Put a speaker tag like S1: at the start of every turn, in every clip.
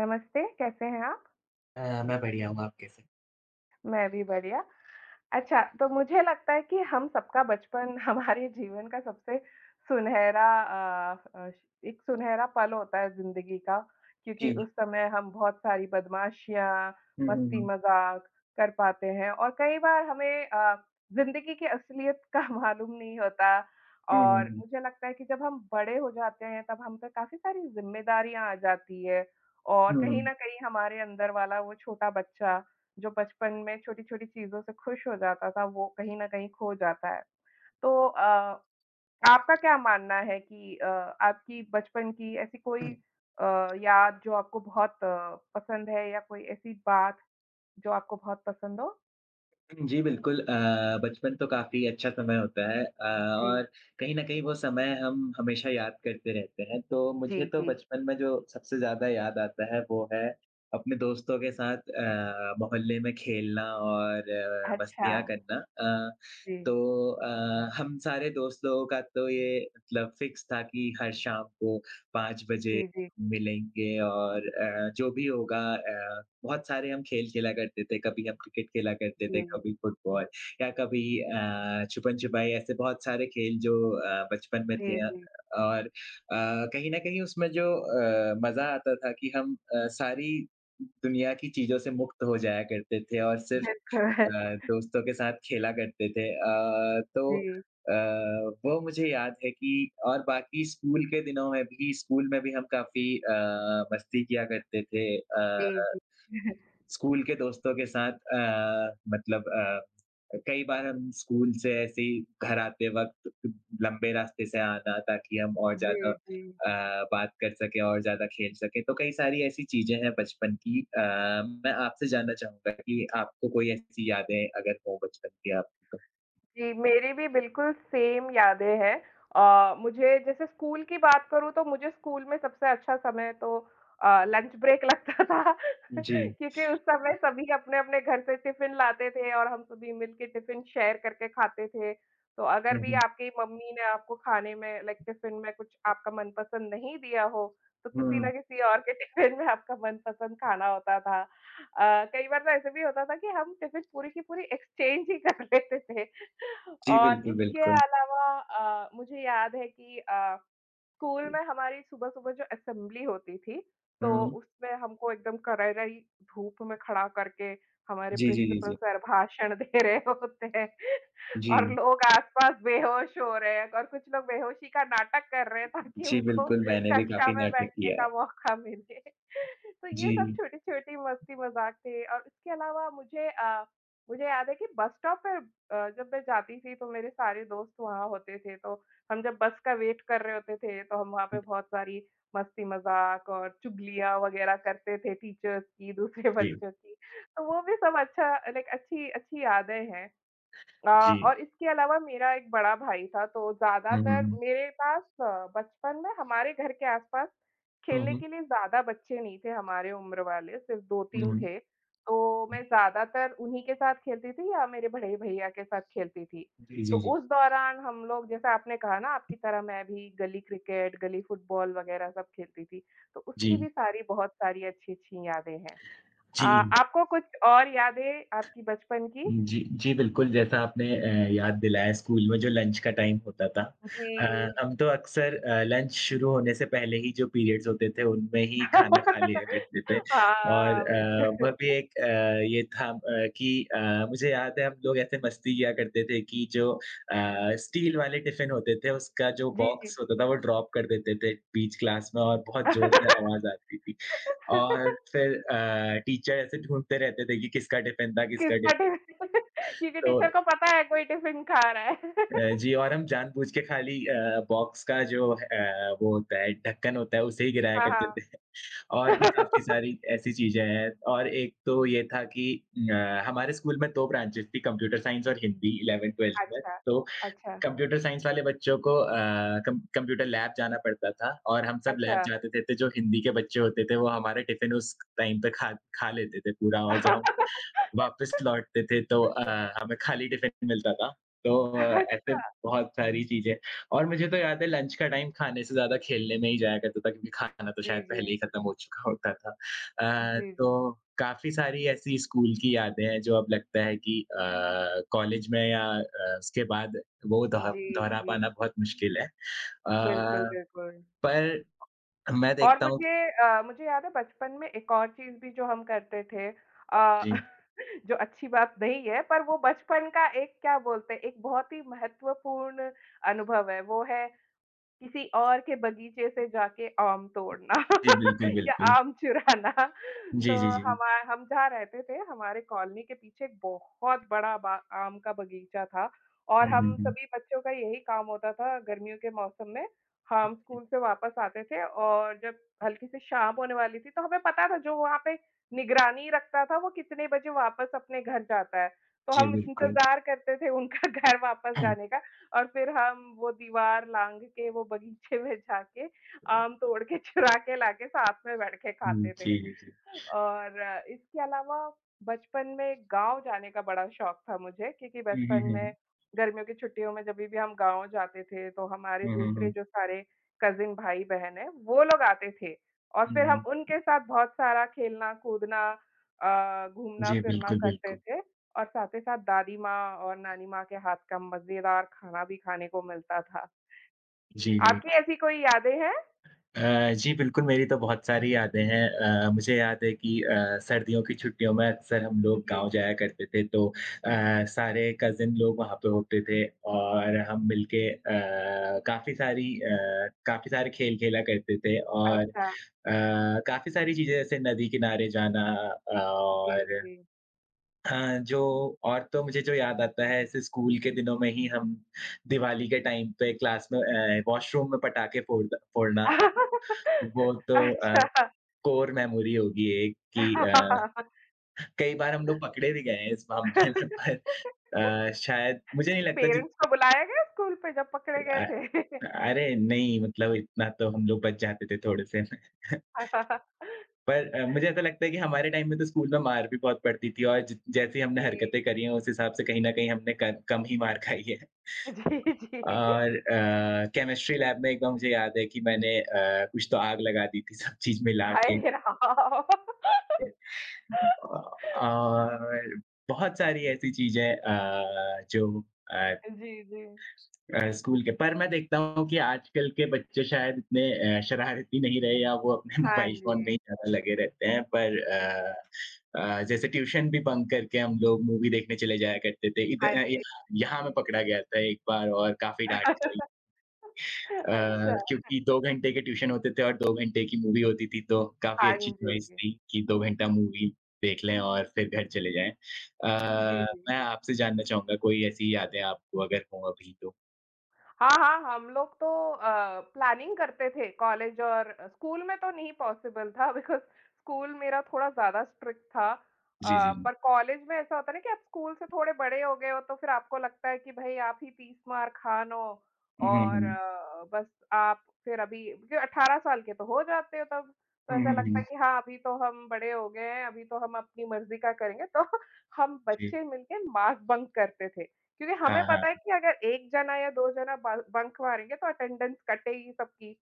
S1: नमस्ते, कैसे हैं आप?
S2: मैं बढ़िया हूँ, आप कैसे?
S1: मैं भी बढ़िया। अच्छा, तो मुझे लगता है कि हम सबका बचपन हमारे जीवन का सबसे सुनहरा अ अ, श एक सुनहरा पल होता है ज़िंदगी का, क्योंकि
S2: जी,
S1: उस
S2: जी।
S1: समय हम बहुत सारी बदमाशियाँ,
S2: हुँ, हुँ, हुँ।
S1: मस्ती-मज़ाक कर पाते हैं और कई बार हमें ज़िंदगी की असलियत का मालूम नहीं होता।
S2: हुँ, हुँ,
S1: और
S2: हुँ।
S1: मुझे लगता है कि जब हम बड़े हो जाते हैं, तब हम पे काफ़ी सारी ज़िम्मेदारियाँ आ जाती है और
S2: हुँ,
S1: कहीं न कहीं हमारे अंदर वाला वो छोटा बच्चा जो बचपन में छोटी-छोटी चीज़ों से खुश हो जाता था, वो कहीं न कहीं खो जाता है। तो आपका क्या मानना है कि आपकी बचपन की ऐसी कोई
S2: हुँ।
S1: अ, याद जो आपको बहुत पसंद है या कोई ऐसी बात जो आपको बहुत पसंद हो?
S2: हुँ, जी बिल्कुल बचपन तो काफ़ी अच्छा समय होता है और
S1: जी,
S2: कहीं न कहीं वो समय हम हमेशा याद करते रहते हैं। तो
S1: जी,
S2: मुझे तो
S1: जी।
S2: बचपन में जो सबसे ज़्यादा याद आता है वो है अपने दोस्तों के साथ मोहल्ले में खेलना और
S1: अच्छा,
S2: मस्तियाँ करना।
S1: जी,
S2: तो हम सारे दोस्त लोगों का तो ये मतलब फिक्स था कि हर शाम को 5 बजे
S1: जी, जी,
S2: मिलेंगे और जो भी होगा बहुत सारे हम खेल खेला करते थे, कभी हम क्रिकेट खेला करते थे,
S1: जी,
S2: कभी फुटबॉल या कभी छुपन-छुपाई ऐसे बहुत सारे खेल जो बचपन में
S1: जी,
S2: थे
S1: जी।
S2: और कहीं न कहीं उसमें जो मज़ा आता था कि हम सारी दुनिया की चीज़ों से मुक्त हो जाया करते थे और सिर्फ़ अ, दोस्तों के साथ खेला करते थे। तो
S1: जी,
S2: अ, वो मुझे याद है कि और बाकी स्कूल के दिनों में भी स्कूल में भी हम काफ़ी मस्ती किया करते थे।
S1: जी,
S2: स्कूल के दोस्तों के साथ मतलब कई बार हम स्कूल से ऐसे ही घर आते वक़्त लंबे रास्ते से आना ताकि हम और
S1: जी,
S2: ज़्यादा
S1: जी।
S2: बात कर सकें और ज़्यादा खेल सकें। तो कई सारी ऐसी चीज़ें हैं बचपन की। मैं आपसे जानना चाहूँगा कि आपको कोई ऐसी यादें अगर हों बचपन की आपकी तो?
S1: जी, मेरी भी बिल्कुल सेम यादें हैं। मुझे जैसे स्कूल की बात करूँ तो मुझे स्कूल में सबसे अच्छा समय तो लंच ब्रेक लगता था।
S2: जी।
S1: क्योंकि उस समय सभी अपने-अपने घर से टिफ़िन लाते थे और हम सभी मिलके टिफ़िन शेयर करके खाते थे। तो अगर
S2: हुँ,
S1: भी
S2: हुँ।
S1: आपकी मम्मी ने आपको खाने में लाइक टिफ़िन में कुछ आपका मनपसंद नहीं दिया हो, तो किसी न
S2: हुँ।
S1: किसी और के टिफ़िन में आपका मनपसंद खाना होता था। कई बार तो ऐसे भी होता था कि हम टिफ़िन पूरी की पूरी एक्सचेंज ही कर लेते थे।
S2: जी,
S1: और
S2: बिल्कुल,
S1: इसके
S2: बिल्कुल।
S1: अलावा मुझे याद है कि स्कूल में हमारी सुबह-सुबह जो असेंबली होती थी, तो
S2: हुँ।
S1: उसमें हमको एकदम करारी धूप में खड़ा करके हमारे
S2: जी, जी, जी,
S1: प्रिंसिपल
S2: जी।
S1: सर भाषण दे रहे होते हैं।
S2: जी।
S1: और लोग आस-पास बेहोश हो रहे हैं और कुछ लोग बेहोशी का नाटक कर रहे हैं ताकि
S2: जी,
S1: उनको
S2: बिल्कुल मैंने भी
S1: कक्षा
S2: काफ़ी
S1: में
S2: नाटक
S1: बैठने
S2: किया
S1: का
S2: है।
S1: मौका मिले। तो ये सब
S2: जी।
S1: छोटी-छोटी मस्ती मज़ाक थे और इसके अलावा मुझे याद है कि बस स्टॉप पे जब मैं जाती थी तो मेरे सारे दोस्त वहाँ होते थे, तो हम जब बस का वेट कर रहे होते थे, तो हम वहाँ पे बहुत सारी मस्ती-मज़ाक और चुगलियाँ वग़ैरह करते थे टीचर्स की, दूसरे
S2: जी,
S1: बच्चों की। तो वो भी सब अच्छा लाइक अच्छी अच्छी यादें हैं।
S2: जी।
S1: और इसके अलावा मेरा एक बड़ा भाई था, तो
S2: हुँ,
S1: ज़्यादातर
S2: हुँ।
S1: मेरे पास बचपन में हमारे घर के आस-पास
S2: हुँ,
S1: खेलने
S2: हुँ।
S1: के लिए ज़्यादा बच्चे नहीं थे हमारे उम्र वाले, सिर्फ़
S2: हुँ,
S1: 2-3
S2: हुँ।
S1: थे। तो
S2: हुँ।
S1: मैं ज़्यादातर उन्हीं के साथ खेलती थी या मेरे बड़े भैया के साथ खेलती थी।
S2: जी।
S1: तो
S2: जी, जी।
S1: उस दौरान हम लोग जैसे आपने कहा ना आपकी तरह मैं भी गली क्रिकेट, गली फुटबॉल वग़ैरह सब खेलती थी, तो उसकी भी
S2: जी,
S1: सारी बहुत सारी अच्छी-अच्छी यादें हैं। अ,
S2: जी।
S1: आपको कुछ और यादें आपकी बचपन की?
S2: जी, जी, बिल्कुल, जैसा आपने याद दिलाया स्कूल में जो लंच का टाइम होता था। अ,
S1: जी।
S2: हम तो अक्सर लंच शुरू होने से पहले ही जो पीरियड्स होते थे, उनमें ही खाना खा लिया
S1: हाँ,
S2: करते थे और
S1: हाँ,
S2: अ, वह
S1: बिल्कुल।
S2: भी एक अ, ये था अ, मुझे याद है हम लोग ऐसे मस्ती किया करते थे कि जो स्टील वाले टिफ़िन होते थे, उसका जो
S1: जी, जी।
S2: बॉक्स होता था, वो ड्रॉप कर देते थे बीच क्लास में और बहुत ज़ोर से आवाज़ आती थी और फिर टीचर ऐसे ढूँढते रहते थे कि किसका टिफ़िन था, किसका
S1: किसका
S2: टिफ़िन।
S1: टिफ़िन। क्योंकि
S2: तो
S1: टीचर को पता है कोई टिफ़िन खा रहा है।
S2: जी, और हम जानबूझ के खाली बॉक्स का जो वो होता है, ढक्कन होता है, उसे ही गिराया
S1: हाँ,
S2: करते
S1: हाँ।
S2: थे। और भी काफ़ी सारी ऐसी चीज़ें हैं, और एक तो ये था कि अ, हमारे स्कूल में 2 ब्रांचेज़ थी, कंप्यूटर साइंस और हिंदी 11th-12th में।
S1: अच्छा,
S2: तो
S1: अच्छा,
S2: कंप्यूटर साइंस वाले बच्चों को कम कंप्यूटर लैब जाना पड़ता था और हम सब
S1: अच्छा।
S2: लैब जाते थे, तो जो हिंदी के बच्चे होते थे, वो हमारा टिफ़िन उस टाइम पे खा खा लेते थे पूरा और जब वापस लौटते थे तो हमें खाली टिफ़िन मिलता था। तो
S1: अच्छ
S2: ऐसे बहुत सारी चीज़ें, और मुझे तो याद है लंच का टाइम खाने से ज़्यादा खेलने में ही जाया करता था क्योंकि खाना तो
S1: जी,
S2: शायद
S1: जी।
S2: पहले ही खत्म हो चुका होता था।
S1: जी, जी।
S2: तो काफ़ी सारी ऐसी स्कूल की यादें हैं जो अब लगता है कि कॉलेज में या उसके बाद वो दोह
S1: जी,
S2: दोहरा
S1: जी।
S2: पाना बहुत मुश्किल है।
S1: बिल्कुल,
S2: अ,
S1: बिल्कुल।
S2: पर मैं
S1: और
S2: देखता हूँ।
S1: मुझे याद है बचपन में एक और चीज़ भी जो हम करते थे,
S2: जी,
S1: जो अच्छी बात नहीं है पर वो बचपन का एक क्या बोलते हैं, एक बहुत ही महत्वपूर्ण अनुभव है, वो है किसी और के बगीचे से जाके आम तोड़ना
S2: जी बिल्कुल,
S1: या
S2: बिल्कुल।
S1: आम चुराना। तो
S2: जी, जी, जी।
S1: हमा हम जहाँ रहते थे, हमारे कॉलोनी के पीछे एक बहुत बड़ा बा आम का बगीचा था और
S2: हुँ, हुँ,
S1: हम
S2: हुँ।
S1: सभी बच्चों का यही काम होता था गर्मियों के मौसम में। हम स्कूल से वापस आते थे और जब हल्की सी शाम होने वाली थी, तो हमें पता था जो वहाँ पे निगरानी रखता था, वो कितने बजे वापस अपने घर जाता है। तो
S2: जी,
S1: हम
S2: बिल्कुल।
S1: इंतज़ार करते थे उनका घर वापस जाने का और फिर हम वो दीवार लाँघ के वो बगीचे में जाके आम तोड़ के चुरा के लाके साथ में बैठ के
S2: हुँ,
S1: खाते थे।
S2: जी, जी, जी।
S1: और इसके अलावा बचपन में गाँव जाने का बड़ा शौक था मुझे क्योंकि
S2: हुँ,
S1: बचपन में
S2: हुँ,
S1: गर्मियों की छुट्टियों में जभी भी हम गाँव जाते थे तो हमारे
S2: हुँ, हुँ, हुँ,
S1: दूसरे
S2: हुँ,
S1: जो सारे कज़िन भाई-बहन हैं वो लोग आते थे और
S2: हुँ,
S1: फिर हम
S2: हुँ।
S1: उनके साथ बहुत सारा खेलना, कूदना,
S2: जी,
S1: घूमना-फिरना
S2: बिल्कुल,
S1: करते
S2: बिल्कुल।
S1: थे। और साथ ही साथ दादी माँ और नानी माँ के हाथ का मज़ेदार खाना भी खाने को मिलता था।
S2: जी, जी।
S1: आपकी ऐसी कोई यादें हैं?
S2: जी, बिल्कुल मेरी तो बहुत सारी यादें हैं। मुझे याद है कि सर्दियों की छुट्टियों में अक्सर हम लोग
S1: जी,
S2: गाँव जाया करते थे, तो सारे कज़िन लोग वहाँ पे होते थे और हम मिलके काफ़ी सारे खेल खेला करते थे और
S1: अच्छा।
S2: काफ़ी सारी चीज़ें, जैसे नदी किनारे जाना
S1: जी,
S2: और
S1: जी।
S2: हाँ, जो, और तो मुझे जो याद आता है ऐसे स्कूल के दिनों में ही हम दिवाली के टाइम पे क्लास में वॉशरूम में पटाखे फोड़ना, वो तो
S1: अच्छा।
S2: कोर मेमोरी होगी एक कि कई बार हम लोग पकड़े भी गए हैं इस मामले में, पर शायद मुझे नहीं लगता।
S1: पेरेंट्स को बुलाया गया स्कूल पे जब पकड़े गए
S2: अ,
S1: थे?
S2: अरे नहीं, मतलब इतना तो हम लोग बच जाते थे थोड़े-से। पर मुझे ऐसा लगता है कि हमारे टाइम में तो स्कूल में मार भी बहुत पड़ती थी, और जि जैसी हमने
S1: जी,
S2: हरकतें करी हैं उस हिसाब से कहीं न कहीं हमने क कम ही मार खाई है।
S1: जी, जी।
S2: और केमिस्ट्री लैब में एक बार मुझे याद है कि मैंने कुछ तो आग लगा दी थी सब चीज़ मिला के।
S1: हाय राम!
S2: और बहुत सारी ऐसी चीज़ें जो अ
S1: जी, जी।
S2: स्कूल के। पर मैं देखता हूँ कि आजकल के बच्चे शायद इतने शरारती नहीं रहे, या वो अपने
S1: हाँ
S2: मोबाइल फ़ोन में
S1: जी,
S2: ही ज़्यादा लगे रहते हैं। पर
S1: जी।
S2: जैसे ट्यूशन भी बंक करके हम लोग मूवी देखने चले जाया करते थे।
S1: हाँ
S2: यहाँ
S1: जी,
S2: यहाँ मैं
S1: जी।
S2: पकड़ा गया था एक बार और काफ़ी डाँट खाई। अ,
S1: अच्छा।
S2: क्योंकि 2 घंटे के ट्यूशन होते थे और 2 घंटे की मूवी होती थी, तो काफ़ी
S1: हाँ
S2: अच्छी
S1: जी,
S2: चॉइस
S1: जी।
S2: थी कि 2 घंटा मूवी देख लें और फिर घर चले जाएँ।
S1: जी, जी।
S2: मैं आपसे जानना चाहूँगा कोई ऐसी यादें आपको अगर हों अभी तो?
S1: हाँ, हाँ, हम लोग तो अ, प्लानिंग करते थे कॉलेज और स्कूल में तो नहीं पॉसिबल था। बिकॉज़ स्कूल मेरा थोड़ा ज़्यादा स्ट्रिक्ट था।
S2: जी, जी।
S1: पर कॉलेज में ऐसा होता है ना कि आप स्कूल से थोड़े बड़े हो गए हो तो फिर आपको लगता है कि भई आप ही 30 मार खान हो
S2: हुँ, हुँ,
S1: और
S2: हुँ।
S1: बस आप फिर अभी क्योंकि 18 साल के तो हो जाते हो तब, तो
S2: हुँ,
S1: ऐसा
S2: हुँ,
S1: लगता है
S2: हुँ।
S1: कि हाँ, अभी तो हम बड़े हो गए हैं, अभी तो हम अपनी मर्ज़ी का करेंगे। तो हम
S2: जी।
S1: बच्चे मिलके मास बंक करते थे। क्योंकि हमें
S2: हाँ,
S1: पता है
S2: हाँ।
S1: कि अगर 1 जना या 2 जना ब बंक मारेंगे तो अटेंडेंस कटेगी सबकी।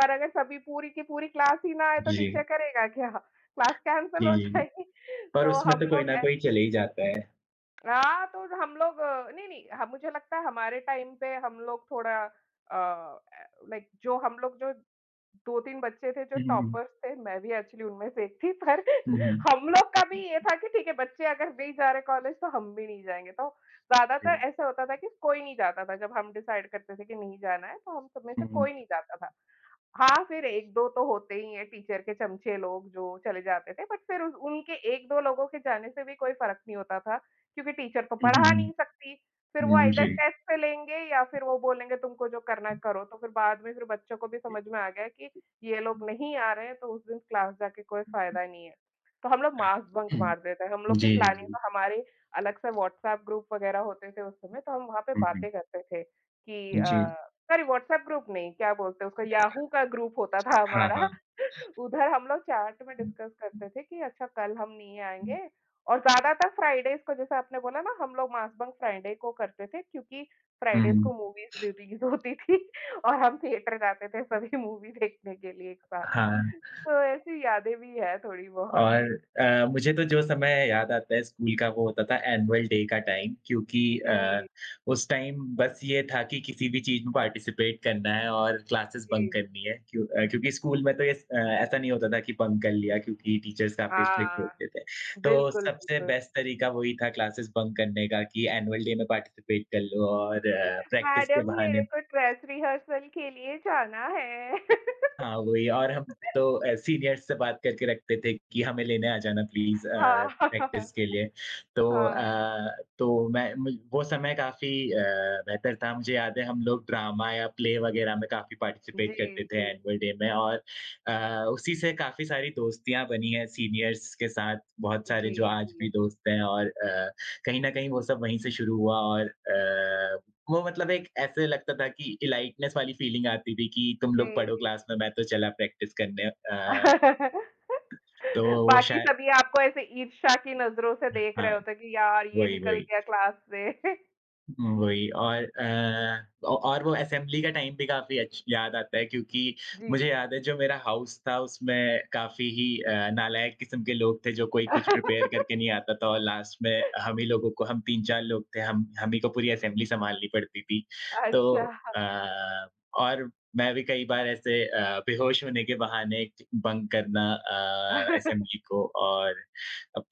S1: पर अगर सभी पूरी की पूरी क्लास ही ना आए तो
S2: जी।
S1: टीचर करेगा क्या? क्लास कैंसल
S2: जी,
S1: हो
S2: जी।
S1: जाएगी।
S2: पर
S1: तो
S2: उसमें
S1: हम
S2: तो कोई
S1: लोग
S2: ना
S1: ऐस
S2: कोई चले ही जाता है।
S1: हाँ, तो हम लोग नहीं, नहीं, ह मुझे लगता है हमारे टाइम पे हम लोग थोड़ा, लाइक जो हम लोग जो 2-3 बच्चे थे जो
S2: हुँ, हुँ, हुँ।
S1: टॉपर्स थे, मैं भी एक्चुअली उनमें से एक थी पर
S2: हुँ, हुँ।
S1: हम लोग का भी ये था कि ठीक है बच्चे अगर नहीं जा रहे कॉलेज तो हम भी नहीं जाएँगे। तो ज़्यादातर
S2: जी।
S1: ऐसा होता था कि कोई नहीं जाता था जब हम डिसाइड करते थे कि नहीं जाना है तो हम सब में से
S2: हुँ, हुँ।
S1: कोई नहीं जाता था। हाँ, फिर 1-2 तो होते ही हैं टीचर के चमचे लोग जो चले जाते थे, बट फिर उस उनके 1-2 लोगों के जाने से भी कोई फ़र्क नहीं होता था, क्योंकि टीचर तो
S2: हुँ, हुँ,
S1: पढ़ा नहीं
S2: हुँ।
S1: सकती। फिर वो
S2: हुँ,
S1: आइदर
S2: जी।
S1: टेस्ट से लेंगे या फिर वो बोलेंगे तुमको जो करना है करो, तो फिर बाद में फिर बच्चों को भी समझ में आ गया कि ये लोग नहीं आ रहे हैं, तो उस दिन क्लास जाके कोई फ़ायदा नहीं है। तो हम लोग मास बंक
S2: हुँ।
S1: मार देते हैं, हम लोग की
S2: जी, जी,
S1: प्लानिंग
S2: जी।
S1: तो हमारे अलग से व्हाट्सएप ग्रुप वग़ैरह होते थे उस समय, तो हम वहाँ पे
S2: हुँ, हुँ।
S1: बातें करते थे कि
S2: जी।
S1: सॉरी, व्हाट्सएप ग्रुप नहीं, क्या बोलते हैं उसको, याहू का ग्रुप होता था
S2: हाँ,
S1: हमारा।
S2: हाँ।
S1: उधर हम लोग चैट में
S2: हुँ,
S1: डिस्कस करते थे कि अच्छा कल हम नहीं
S2: हुँ।
S1: आएँगे और ज़्यादातर फ्राइडेज़ को जैसे आपने बोला ना हम लोग मास बंक फ्राइडे को करते थे क्योंकि
S2: हुँ,
S1: फ्राइडेज़ को
S2: हुँ।
S1: मूवीज़ रिलीज़ होती थी और हम थिएटर जाते थे सभी मूवी देखने के लिए एक साथ।
S2: हाँ।
S1: तो ऐसी यादें भी हैं थोड़ी बहुत।
S2: और मुझे तो जो समय याद आता है स्कूल का, वो होता था एनुअल डे का टाइम, क्योंकि अ,
S1: जी,
S2: उस टाइम बस ये था कि किसी भी चीज़ में पार्टिसिपेट करना है और क्लासेस
S1: जी।
S2: बंक करनी है, क्योंकि स्कूल में तो ये ऐसा नहीं होता था कि बंक कर लिया, क्योंकि टीचर्स काफ़ी स्ट्रिक्ट
S1: हाँ,
S2: होते थे। तो
S1: बिल्कुल,
S2: सबसे
S1: बिल्कुल।
S2: बेस्ट तरीका वही था क्लासेस बंक करने का कि एनुअल डे में पार्टिसिपेट कर लो और
S1: जी,
S2: प्रैक्टिस के
S1: मैडम मेरे
S2: बहाने।
S1: को ड्रेस रिहर्सल के लिए जाना है।
S2: हाँ, वही। और हम तो सीनियर्स से बात करके रखते थे कि हमें लेने आ जाना प्लीज़
S1: हाँ,
S2: प्रैक्टिस के लिए। तो
S1: हाँ।
S2: अ, तो मैं मु वो समय काफ़ी बेहतर था। मुझे याद है हम लोग ड्रामा या प्ले वग़ैरह में काफ़ी
S1: जी,
S2: पार्टिसिपेट करते थे
S1: जी,
S2: एनुअल डे में, और उसी से काफ़ी सारी दोस्तियाँ बनी हैं सीनियर्स के साथ, बहुत सारे
S1: जी,
S2: जो आज
S1: जी,
S2: भी दोस्त हैं, और कहीं न कहीं वो सब वहीं से शुरू हुआ। और वो मतलब एक ऐसे लगता था कि इलाइटनेस वाली फीलिंग आती थी कि तुम
S1: जी,
S2: लोग पढ़ो
S1: जी।
S2: क्लास में, मैं तो चला प्रैक्टिस करने। तो वो
S1: बाकी
S2: शायद।
S1: सभी आपको ऐसे ईर्ष्या की नज़रों से देख रहे
S2: हाँ,
S1: होते हैं कि यार ये
S2: वही,
S1: निकल
S2: वही।
S1: गया क्लास से।
S2: वही। और अ, औ और वो असेंबली का टाइम भी काफ़ी अच्छ याद आता है क्योंकि
S1: जी।
S2: मुझे याद है जो मेरा हाउस था उसमें काफ़ी ही नालायक किस्म के लोग थे, जो कोई कुछ प्रिपेयर करके नहीं आता था, और लास्ट में हम ही लोगों को, हम 3-4 लोग थे, हम ही को पूरी असेंबली सँभालनी पड़ती थी। तो
S1: अच्छा।
S2: अ, और मैं भी कई बार ऐसे बेहोश होने के बहाने बंक करना असेंबली को। और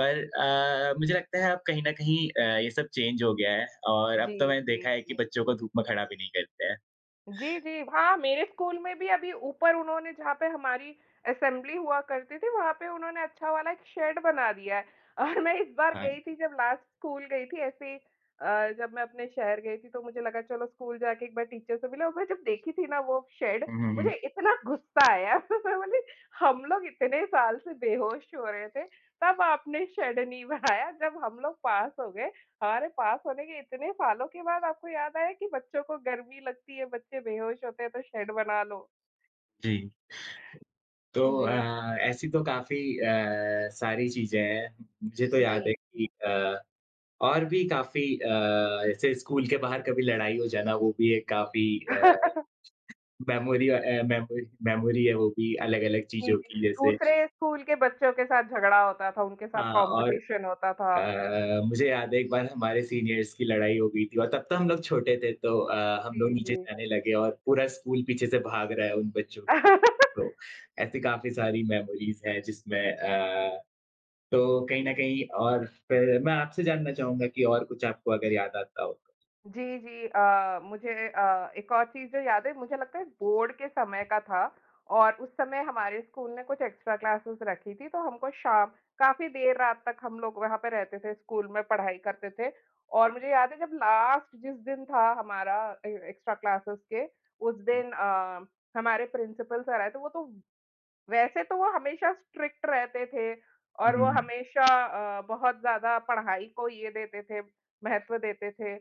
S2: पर मुझे लगता है अब कहीं न कहीं ये सब चेंज हो गया है, और अब
S1: जी,
S2: तो मैंने
S1: जी,
S2: देखा है कि
S1: जी।
S2: बच्चों को धूप में खड़ा भी नहीं करते हैं।
S1: जी, जी। हाँ, मेरे स्कूल में भी अभी ऊपर उन्होंने जहाँ पे हमारी असेंबली हुआ करती थी, वहाँ पे उन्होंने अच्छा वाला एक शेड बना दिया है। और मैं इस बार
S2: हाँ।
S1: गई थी जब लास्ट स्कूल गई थी ऐसे ही, अ, जब मैं अपने शहर गई थी तो मुझे लगा चलो स्कूल जाके एक बार टीचर से मिले और मैं जब देखी थी ना वो शेड,
S2: हुँ, हुँ,
S1: मुझे
S2: हुँ।
S1: इतना गुस्सा आया। मैं बोली हम लोग इतने साल से बेहोश हो रहे थे, तब आपने शेड नहीं बनाया, जब हम लोग पास हो गए हमारे पास होने के इतने सालों के बाद आपको याद आया कि बच्चों को गर्मी लगती है, बच्चे बेहोश होते हैं तो शेड बना लो।
S2: जी, तो
S1: जी।
S2: ऐसी तो काफ़ी सारी चीज़ें हैं। मुझे तो
S1: जी,
S2: याद है कि
S1: जी।
S2: और भी काफ़ी जैसे स्कूल के बाहर कभी लड़ाई हो जाना, वो भी एक काफ़ी अ, मेमोरी मेमोरी है, वो भी अलग-अलग
S1: जी,
S2: चीज़ों
S1: जी।
S2: की, जैसे
S1: दूसरे स्कूल के बच्चों के साथ झगड़ा होता था, उनके साथ
S2: हाँ, और
S1: कॉम्पिटिशन होता था।
S2: मुझे याद है एक बार हमारे सीनियर्स की लड़ाई हो गई थी, और तब तो हम लोग छोटे थे, तो हम
S1: जी,
S2: लोग नीचे
S1: जी।
S2: जाने लगे और पूरा स्कूल पीछे से भाग रहा है उन बच्चों को। तो ऐसी काफ़ी सारी मेमोरीज़ हैं जिसमें तो कहीं न कहीं, और फिर मैं आपसे जानना चाहूँगा कि और कुछ आपको अगर याद आता हो तो?
S1: जी, जी। एक और चीज़ जो याद है मुझे, लगता है बोर्ड के समय का था और उस समय हमारे स्कूल ने कुछ एक्स्ट्रा क्लासेस रखी थी, तो हमको शाम काफ़ी देर रात तक हम लोग वहाँ पे रहते थे, स्कूल में पढ़ाई करते थे और मुझे याद है जब लास्ट जिस दिन था हमारा, ए एक्स्ट्रा क्लासेस के उस दिन हमारे प्रिंसिपल सर आए थे, वो तो वैसे तो वो हमेशा स्ट्रिक्ट रहते थे
S2: हुँ,
S1: और वो
S2: हुँ,
S1: हमेशा बहुत ज़्यादा पढ़ाई को ये देते थे, महत्व देते थे।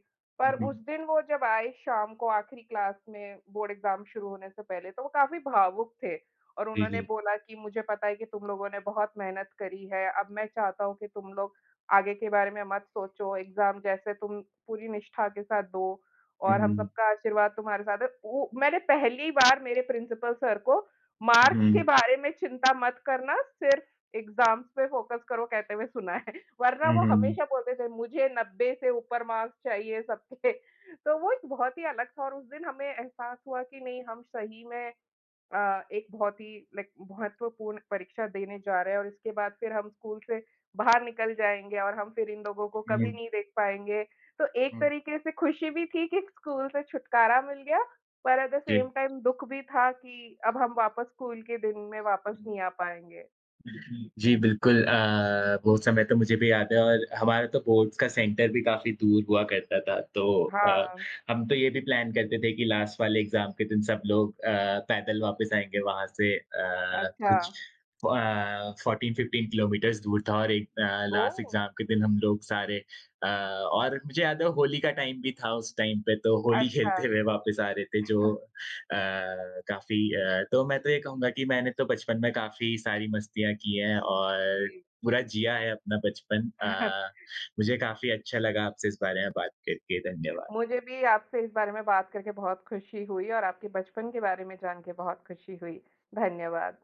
S2: हुँ,
S1: पर उस
S2: हुँ,
S1: दिन वो जब आए शाम को आखिरी क्लास में बोर्ड एग्ज़ाम शुरू होने से पहले, तो वो काफ़ी भावुक थे और
S2: जी,
S1: उन्होंने
S2: जी।
S1: बोला कि मुझे पता है कि तुम लोगों ने बहुत मेहनत करी है, अब मैं चाहता हूँ कि तुम लोग आगे के बारे में मत सोचो, एग्ज़ाम जैसे तुम पूरी निष्ठा के साथ दो
S2: हुँ,
S1: और हम
S2: हुँ,
S1: सबका आशीर्वाद तुम्हारे साथ है। वो मैंने पहली बार मेरे प्रिंसिपल सर को "मार्क्स के
S2: हुँ,
S1: बारे में चिंता मत करना, सिर्फ़ एग्ज़ाम्स पे फ़ोकस करो" कहते हुए सुना है। वरना वो
S2: हुँ,
S1: हमेशा बोलते थे, "मुझे 90 से ऊपर मार्क्स चाहिए सबके।" तो वो एक बहुत ही अलग था और उस दिन हमें एहसास हुआ कि नहीं, हम सही में एक बहुत ही लाइक महत्वपूर्ण परीक्षा देने जा रहे हैं और इसके बाद फिर हम स्कूल से बाहर निकल जाएँगे और हम फिर इन लोगों को
S2: हुँ,
S1: कभी
S2: हुँ,
S1: नहीं देख पाएँगे। तो एक
S2: हुँ,
S1: तरीके से खुशी भी थी कि स्कूल से छुटकारा मिल गया, पर एट द
S2: जी।
S1: सेम टाइम दुःख भी था कि अब हम वापस स्कूल के दिन में वापस नहीं आ पाएँगे।
S2: जी, बिल्कुल वो समय तो मुझे भी याद है, और हमारा तो बोर्ड्स का सेंटर भी काफ़ी दूर हुआ करता था, तो अ,
S1: हाँ,
S2: हम तो ये भी प्लान करते थे कि लास्ट वाले एग्ज़ाम के दिन सब लोग पैदल वापस आएँगे वहाँ से।
S1: अच्छा।
S2: कुछ 14-15 किलोमीटर्स दूर था, और एक लास्ट
S1: ओह!
S2: एग्ज़ाम के दिन हम लोग सारे। और मुझे याद है होली का टाइम भी था उस टाइम पे, तो होली
S1: अच्छा,
S2: खेलते हुए वापस आ रहे थे जो अ, काफ़ी। तो मैं तो ये कहूँगा कि मैंने तो बचपन में काफ़ी सारी मस्तियाँ की हैं और
S1: जी।
S2: पूरा जिया है अपना बचपन। मुझे काफ़ी अच्छा लगा आपसे इस बारे में बात करके। धन्यवाद।
S1: मुझे भी आपसे इस बारे में बात करके बहुत खुशी हुई और आपके बचपन के बारे में जान के बहुत खुशी हुई। धन्यवाद।